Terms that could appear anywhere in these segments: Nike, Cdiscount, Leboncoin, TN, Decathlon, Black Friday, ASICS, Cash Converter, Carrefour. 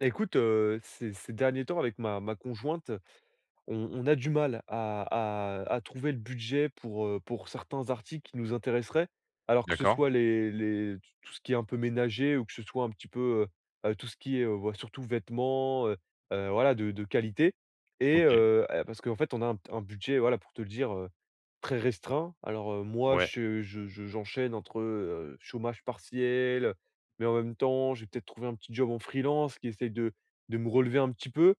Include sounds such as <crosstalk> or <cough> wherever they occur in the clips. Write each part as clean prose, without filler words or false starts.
Bah, écoute, ces derniers temps avec ma conjointe, on a du mal à à trouver le budget pour certains articles qui nous intéresseraient. Alors que ce D'accord. soit les tout ce qui est un peu ménager ou que ce soit un petit peu, tout ce qui est, bah, surtout vêtements, voilà de qualité et OK. Parce qu'en fait on a un budget, voilà pour te le dire, très restreint. Alors, moi, Ouais. je j'enchaîne entre, chômage partiel, mais en même temps, j'ai peut-être trouvé un petit job en freelance qui essaye de me relever un petit peu.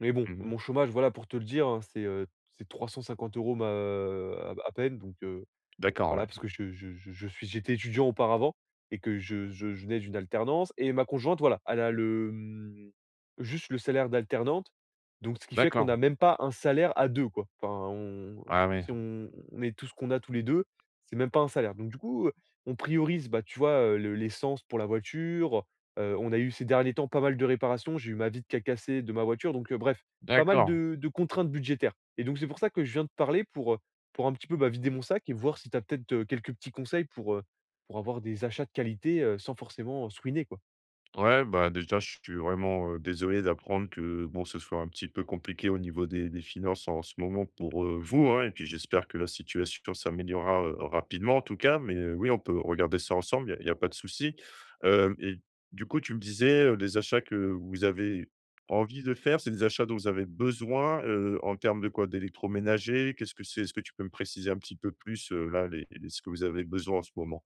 Mais bon, Mmh, mon chômage, voilà, pour te le dire, hein, c'est 350 euros ma à peine donc d'accord, voilà, ouais. parce que je suis j'étais étudiant auparavant et que je venais d'une alternance et ma conjointe, voilà, elle a juste le salaire d'alternante, donc ce qui fait qu'on a D'accord. même pas un salaire à 2 quoi. Enfin on Ah ouais. si on met tout ce qu'on a tous les deux, c'est même pas un salaire. Donc du coup, on priorise, bah, tu vois, le l'essence pour la voiture, on a eu ces derniers temps pas mal de réparations, j'ai eu ma vitre qui a cassé de ma voiture donc bref, pas mal D'accord. de contraintes budgétaires et donc c'est pour ça que je viens te parler pour, un petit peu, bah, vider mon sac et voir si tu as peut-être, quelques petits conseils pour, avoir des achats de qualité, sans forcément se ruiner, quoi? Ouais, bah, déjà, je suis vraiment, désolé d'apprendre que, bon, ce soit un petit peu compliqué au niveau des finances en ce moment pour, vous, hein, et puis j'espère que la situation s'améliorera, rapidement en tout cas, mais, oui, on peut regarder ça ensemble, il y a pas de souci. Hem et du coup, tu me disais, les achats que vous avez envie de faire, c'est des achats dont vous avez besoin, en termes de quoi? D'électroménager? Qu'est-ce que c'est? Est-ce que tu peux me préciser un petit peu plus, là, les ce que vous avez besoin en ce moment?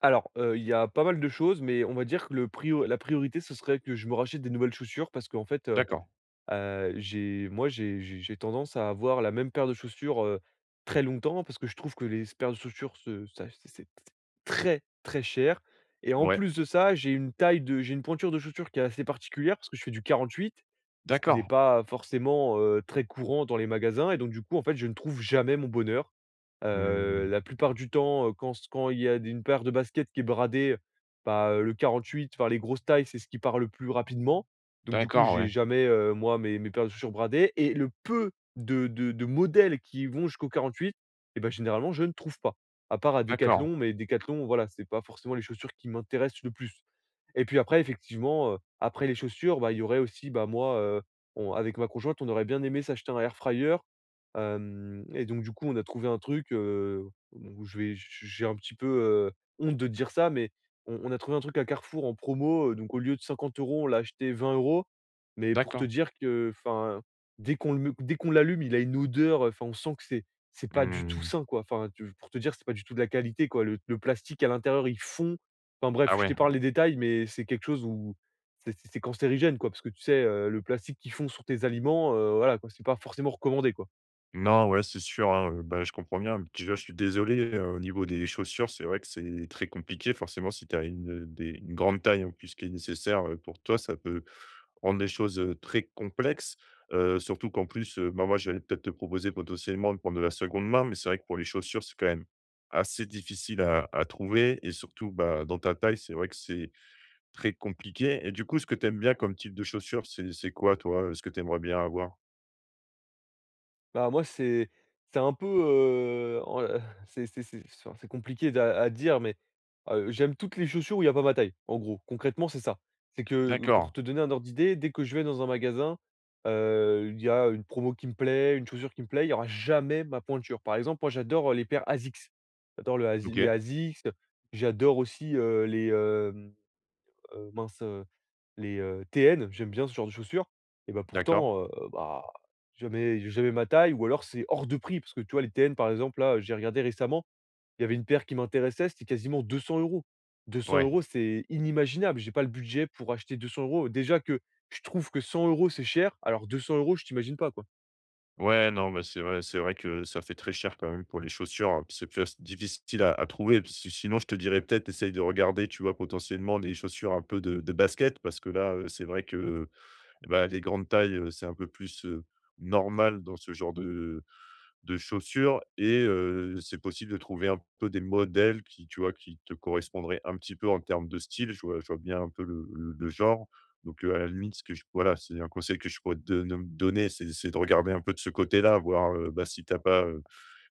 Alors, il y a pas mal de choses, mais on va dire que le prio la priorité, ce serait que je me rachète des nouvelles chaussures parce qu'en fait, D'accord, j'ai moi, j'ai tendance à avoir la même paire de chaussures, très longtemps parce que je trouve que les paires de chaussures se ça c'est très, très cher et en ouais, plus de ça, j'ai une pointure de chaussures qui est assez particulière parce que je fais du 48, ce qui n'est d'accord. pas forcément, très courant dans les magasins et donc du coup, en fait, je ne trouve jamais mon bonheur. Mmh, La plupart du temps, quand il y a d une paire de baskets qui est bradée, bah, le 48, enfin les grosses tailles, c'est ce qui part le plus rapidement donc du coup, d'accord, j'ai ouais. jamais, moi, mes paires de chaussures bradées et le peu de modèles qui vont jusqu'au 48, et ben généralement, je ne trouve pas. À part à D'accord, Decathlon, mais Decathlon, voilà, c'est pas forcément les chaussures qui m'intéressent le plus. Et puis après, effectivement, après les chaussures, bah, il y aurait aussi, bah, moi, on avec ma conjointe, on aurait bien aimé s'acheter un air fryer. Hem et donc du coup, on a trouvé un truc, où je vais j j'ai un petit peu, heu, honte de dire ça, mais on a trouvé un truc à Carrefour en promo, donc au lieu de 50 euros on l'a acheté 20 euros. Mais pour te d'accord. dire que, enfin, dès qu'on l'allume, il a une odeur, enfin, on sent que c'est pas du tout Mmh. sain, quoi. Enfin, tu pour te dire, c'est pas du tout de la qualité, quoi. Le plastique à l'intérieur, il fond. Enfin bref, Ah je ouais. t'épargne les détails, mais c'est quelque chose où c'est cancérigène, quoi, parce que tu sais, le plastique qu'ils font sur tes aliments, voilà, quoi, c'est pas forcément recommandé, quoi. Non, ouais, c'est sûr, hein, bah, je comprends bien. Déjà, je suis désolé, au niveau des chaussures, c'est vrai que c'est très compliqué. Forcément, si tu as une grande taille en plus qui est nécessaire, pour toi, ça peut rendre les choses, très complexes. Surtout qu'en plus, bah, moi, j'allais peut-être te proposer potentiellement de prendre de la seconde main, mais c'est vrai que pour les chaussures, c'est quand même assez difficile à trouver et surtout, bah, dans ta taille, c'est vrai que c'est très compliqué et du coup, ce que tu aimes bien comme type de chaussures, c'est quoi toi, ce que tu aimerais bien avoir? Bah, moi, c'est un peu, en <laughs> c'est enfin, c'est compliqué d'a à dire, mais, j'aime toutes les chaussures où il y a pas ma taille, en gros. Concrètement, c'est ça. C'est que, pour D'accord, te donner un ordre d'idée, dès que je vais dans un magasin, il y a une promo qui me plaît, une chaussure qui me plaît, il y aura jamais ma pointure. Par exemple, moi, j'adore, les paires ASICS. J'adore le ASI les OK, ASICS, j'adore aussi, les, mince, les, TN, j'aime bien ce genre de chaussures et bah, d'accord. pourtant, bah, jamais jamais ma taille ou alors c'est hors de prix parce que tu vois les TN par exemple là, j'ai regardé récemment, il y avait une paire qui m'intéressait, c'était quasiment 200 €. deux cents Ouais. euros c'est inimaginable, j'ai pas le budget pour acheter 200 €. Déjà que je trouve que 100 € c'est cher, alors 200 € je t'imagine pas, quoi. Ouais, non, mais c'est vrai que ça fait très cher quand même pour les chaussures, hein. C'est plus difficile à trouver, parce que sinon je te dirais peut-être essaye de regarder, tu vois, potentiellement des chaussures un peu de basket parce que là, c'est vrai que, bah, les grandes tailles, c'est un peu plus, normal dans ce genre de chaussures et c'est possible de trouver un peu des modèles qui, tu vois, qui te correspondraient un petit peu en termes de style. Je vois bien un peu le genre. Donc, à la limite, ce que je voilà, c'est un conseil que je pourrais te donner, c'est de regarder un peu de ce côté-là, voir, bah, si t'as pas,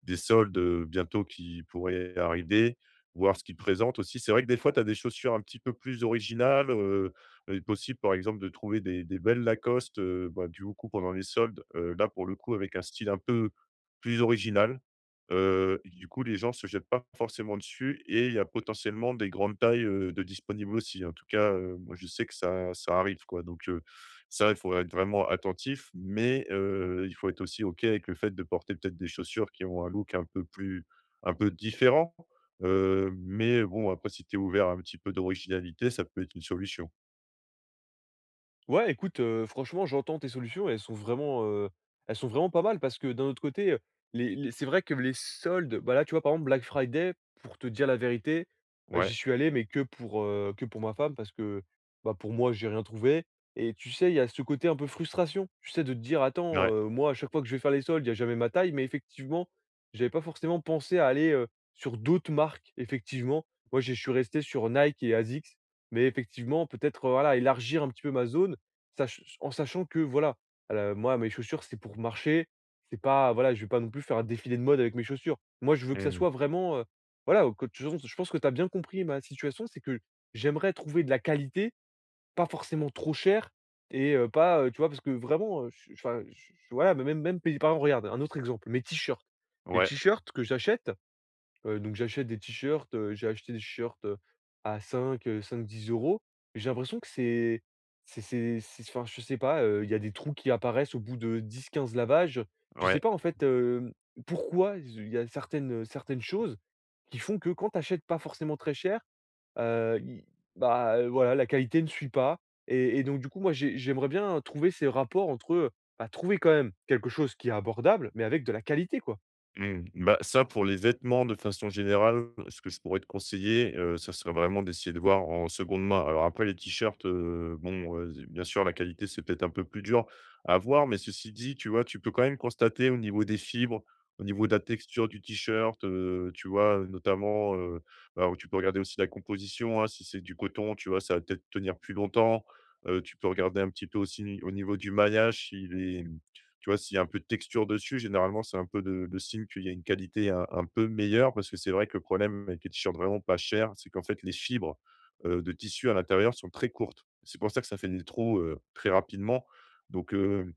des soldes, bientôt qui pourraient arriver, voir ce qu'ils présentent aussi. C'est vrai que des fois, tu as des chaussures un petit peu plus originales, il est possible, par exemple, de trouver des belles Lacoste, bah, du coup, pendant les soldes, là, pour le coup, avec un style un peu plus original. Du coup, les gens se jettent pas forcément dessus et il y a potentiellement des grandes tailles, de disponibles aussi. En tout cas, moi, je sais que ça arrive, quoi, donc ça, il faut être vraiment attentif, mais il faut être aussi OK avec le fait de porter peut-être des chaussures qui ont un look un peu différent. Mais bon, après, si tu es ouvert à un petit peu d'originalité, ça peut être une solution. Ouais, écoute, franchement, j'entends tes solutions et elles sont vraiment pas mal parce que d'un autre côté, les c'est vrai que les soldes, bah, là, tu vois, par exemple, Black Friday, pour te dire la vérité, j'y Ouais, suis allé, mais que pour ma femme parce que, bah, pour moi, j'ai rien trouvé et tu sais, il y a ce côté un peu frustration, tu sais, de te dire: «Attends, ouais, moi, à chaque fois que je vais faire les soldes, il y a jamais ma taille» mais effectivement, j'avais pas forcément pensé à aller, sur d'autres marques, effectivement. Moi, je suis resté sur Nike et ASICS, mais effectivement, peut-être, voilà, élargir un petit peu ma zone. Sach en sachant que voilà, moi mes chaussures c'est pour marcher, c'est pas voilà, je vais pas non plus faire un défilé de mode avec mes chaussures. Moi je veux que ça mmh, soit vraiment, voilà, que tu je pense que tu as bien compris ma situation, c'est que j'aimerais trouver de la qualité, pas forcément trop cher et pas, tu vois? Parce que vraiment, enfin, voilà, mais même même, par exemple, regarde un autre exemple, mes t-shirts. Les ouais, t-shirts que j'achète. Donc j'achète des t-shirts, j'ai acheté des t-shirts, à 5, cinq, dix euros. €. J'ai l'impression que c'est enfin, je sais pas, il y a des trous qui apparaissent au bout de 10, 15 lavages. Je sais ouais. pas en fait, pourquoi il y a certaines choses qui font que quand tu achètes pas forcément très cher, i bah, voilà, la qualité ne suit pas et donc du coup, moi, j'aimerais bien trouver ces rapports entre, bah, trouver quand même quelque chose qui est abordable, mais avec de la qualité, quoi. Mmh, Bah, ça pour les vêtements de façon générale, ce que je pourrais te conseiller, ça serait vraiment d'essayer de voir en seconde main. Alors après les t-shirts, bon, z bien sûr la qualité c'est peut-être un peu plus dur à voir, mais ceci dit, tu vois, tu peux quand même constater au niveau des fibres, au niveau de la texture du t-shirt, tu vois, notamment, alors tu peux regarder aussi la composition, hein, si c'est du coton, tu vois, ça va peut-être tenir plus longtemps. Tu peux regarder un petit peu aussi au niveau du maillage, s'il est tu vois, s'il y a un peu de texture dessus, généralement, c'est un peu de le signe qu'il y a une qualité un peu meilleure parce que c'est vrai que le problème avec les t-shirts vraiment pas chers, c'est qu'en fait, les fibres, de tissu à l'intérieur sont très courtes. C'est pour ça que ça fait des trous, très rapidement. Donc,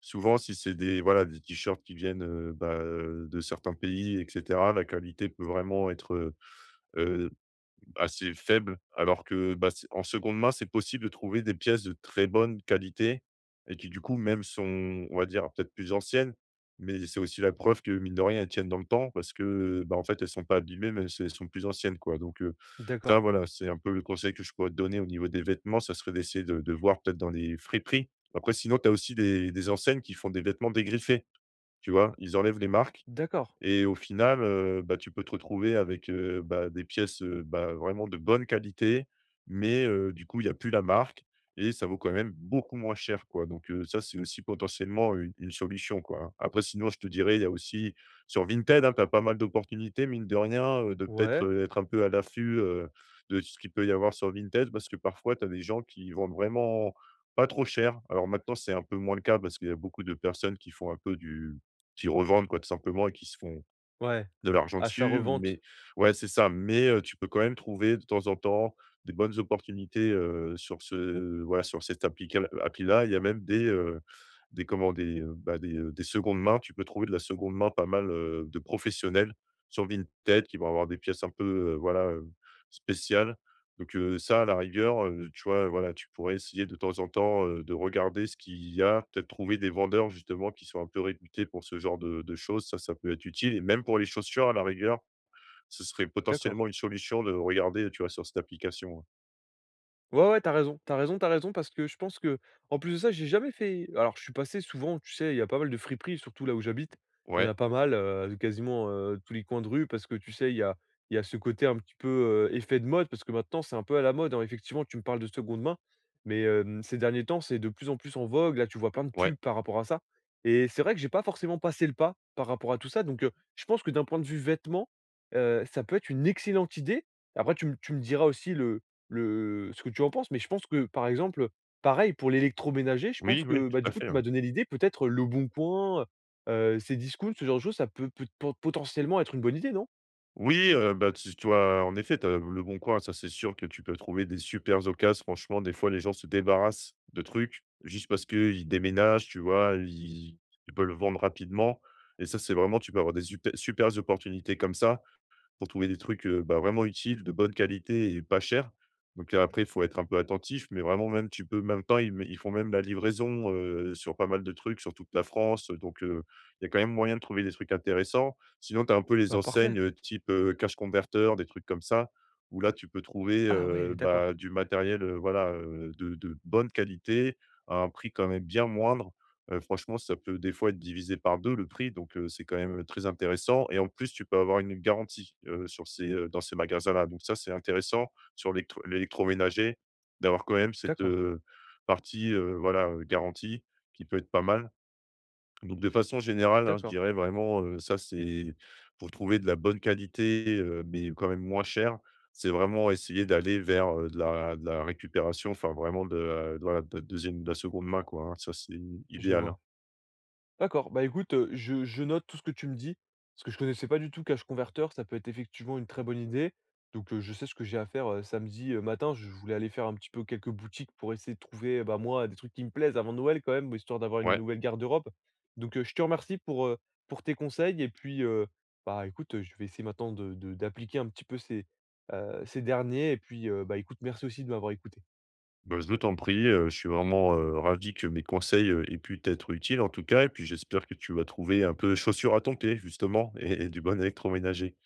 souvent, si c'est des voilà, des t-shirts qui viennent, bah, de certains pays et cetera, la qualité peut vraiment être assez faible, alors que, bah, c'est en seconde main, c'est possible de trouver des pièces de très bonne qualité et qui, du coup, même sont, on va dire, peut-être plus anciennes, mais c'est aussi la preuve que, mine de rien, elles tiennent dans le temps parce que, bah, en fait, elles sont pas abîmées, même si elles sont plus anciennes, quoi. Donc, ça, D'accord, voilà, c'est un peu le conseil que je pourrais te donner au niveau des vêtements, ça serait d'essayer de voir peut-être dans les friperies. Après, sinon, tu as aussi des enseignes qui font des vêtements dégriffés, tu vois? Ils enlèvent les marques d'accord. et au final, bah, tu peux te retrouver avec, bah, des pièces, bah, vraiment de bonne qualité, mais du coup, il y a plus la marque et ça vaut quand même beaucoup moins cher, quoi. Donc ça, c'est aussi potentiellement une solution, quoi, hein. Après sinon, je te dirais, il y a aussi sur Vinted, hein, tu as pas mal d'opportunités, mine de rien, de peut-être, Ouais. Être un peu à l'affût, de ce qu'il peut y avoir sur Vinted parce que parfois, tu as des gens qui vendent vraiment pas trop cher. Alors maintenant, c'est un peu moins le cas parce qu'il y a beaucoup de personnes qui font un peu du qui revendent, quoi, tout simplement et qui se font Ouais, de l'argent achat dessus, revente, mais ouais, c'est ça, mais tu peux quand même trouver de temps en temps des bonnes opportunités, sur ce voilà, sur cette appli-là. Il y a même des comment des, bah, des secondes mains. Tu peux trouver de la seconde main pas mal, de professionnels sur Vinted qui vont avoir des pièces un peu, voilà, spéciales. Donc, ça à la rigueur, tu vois, voilà, tu pourrais essayer de temps en temps, de regarder ce qu'il y a, peut-être trouver des vendeurs justement qui sont un peu réputés pour ce genre de choses. Ça peut être utile et même pour les chaussures à la rigueur, ce serait d'accord. potentiellement une solution de regarder, tu vois, sur cette application, ouais. Ouais, ouais, t'as raison, t'as raison, t'as raison parce que je pense que en plus de ça, j'ai jamais fait alors je suis passé souvent, tu sais, il y a pas mal de friperies, surtout là où j'habite. Il y en Ouais, a pas mal, quasiment, tous les coins de rue parce que tu sais, il y a ce côté un petit peu, effet de mode parce que maintenant c'est un peu à la mode, hein. Effectivement, tu me parles de seconde main, mais ces derniers temps, c'est de plus en plus en vogue. Là, tu vois plein de ouais. pubs par rapport à ça et c'est vrai que j'ai pas forcément passé le pas par rapport à tout ça donc je pense que d'un point de vue vêtements, ça peut être une excellente idée. Après tu me diras aussi le ce que tu en penses, mais je pense que, par exemple, pareil pour l'électroménager, je pense Oui, oui, que, tout bah, du à coup, fait, tu ouais. m'as donné l'idée, peut-être le bon Leboncoin, ces Cdiscount, ce genre de choses, ça peut peut pot potentiellement être une bonne idée, non? Oui, bah, tu as en effet, t'as le bon coin, ça, c'est sûr que tu peux trouver des supers occasions. Franchement, des fois, les gens se débarrassent de trucs juste parce qu'ils déménagent, tu vois? Ils peuvent le vendre rapidement et ça, c'est vraiment tu peux avoir des supers opportunités comme ça pour trouver des trucs, bah, vraiment utiles, de bonne qualité et pas cher. Donc après, il faut être un peu attentif, mais vraiment même tu peux même pas ils font même la livraison, sur pas mal de trucs, sur toute la France, donc il y a quand même moyen de trouver des trucs intéressants. Sinon, tu as un peu les Bah, parfait. enseignes, type, Cash Converter, des trucs comme ça, où là, tu peux trouver, Ah ouais, d'accord, bah, du matériel, voilà, de bonne qualité à un prix quand même bien moindre. Franchement, ça peut des fois être divisé par 2 le prix, donc c'est quand même très intéressant et en plus, tu peux avoir une garantie, sur ces, dans ces magasins-là, donc ça, c'est intéressant sur l'électroménager, d'avoir quand même cette, d'accord, partie, voilà, garantie qui peut être pas mal, donc de façon générale, hein, je d'accord. dirais vraiment, ça, c'est pour trouver de la bonne qualité, mais quand même moins cher, c'est vraiment essayer d'aller vers, de la récupération, enfin vraiment de la voilà, de la 2e de la seconde main, quoi, hein, ça, c'est Je idéal, hein. vois. D'accord, bah écoute, je note tout ce que tu me dis, parce que je connaissais pas du tout Cash Converter, ça peut être effectivement une très bonne idée. Donc, je sais ce que j'ai à faire, samedi, matin. Je voulais aller faire un petit peu quelques boutiques pour essayer de trouver, bah, moi, des trucs qui me plaisent avant Noël quand même, histoire d'avoir une Ouais. nouvelle garde-robe. Donc, je te remercie pour, pour tes conseils et puis, bah, écoute, je vais essayer maintenant de d'appliquer un petit peu ces derniers et puis, bah, écoute, merci aussi de m'avoir écouté. Bah, je t'en prie, je suis vraiment, ravi que mes conseils, aient pu t'être utiles en tout cas et puis j'espère que tu vas trouver un peu chaussures à ton pied justement et du bon électroménager.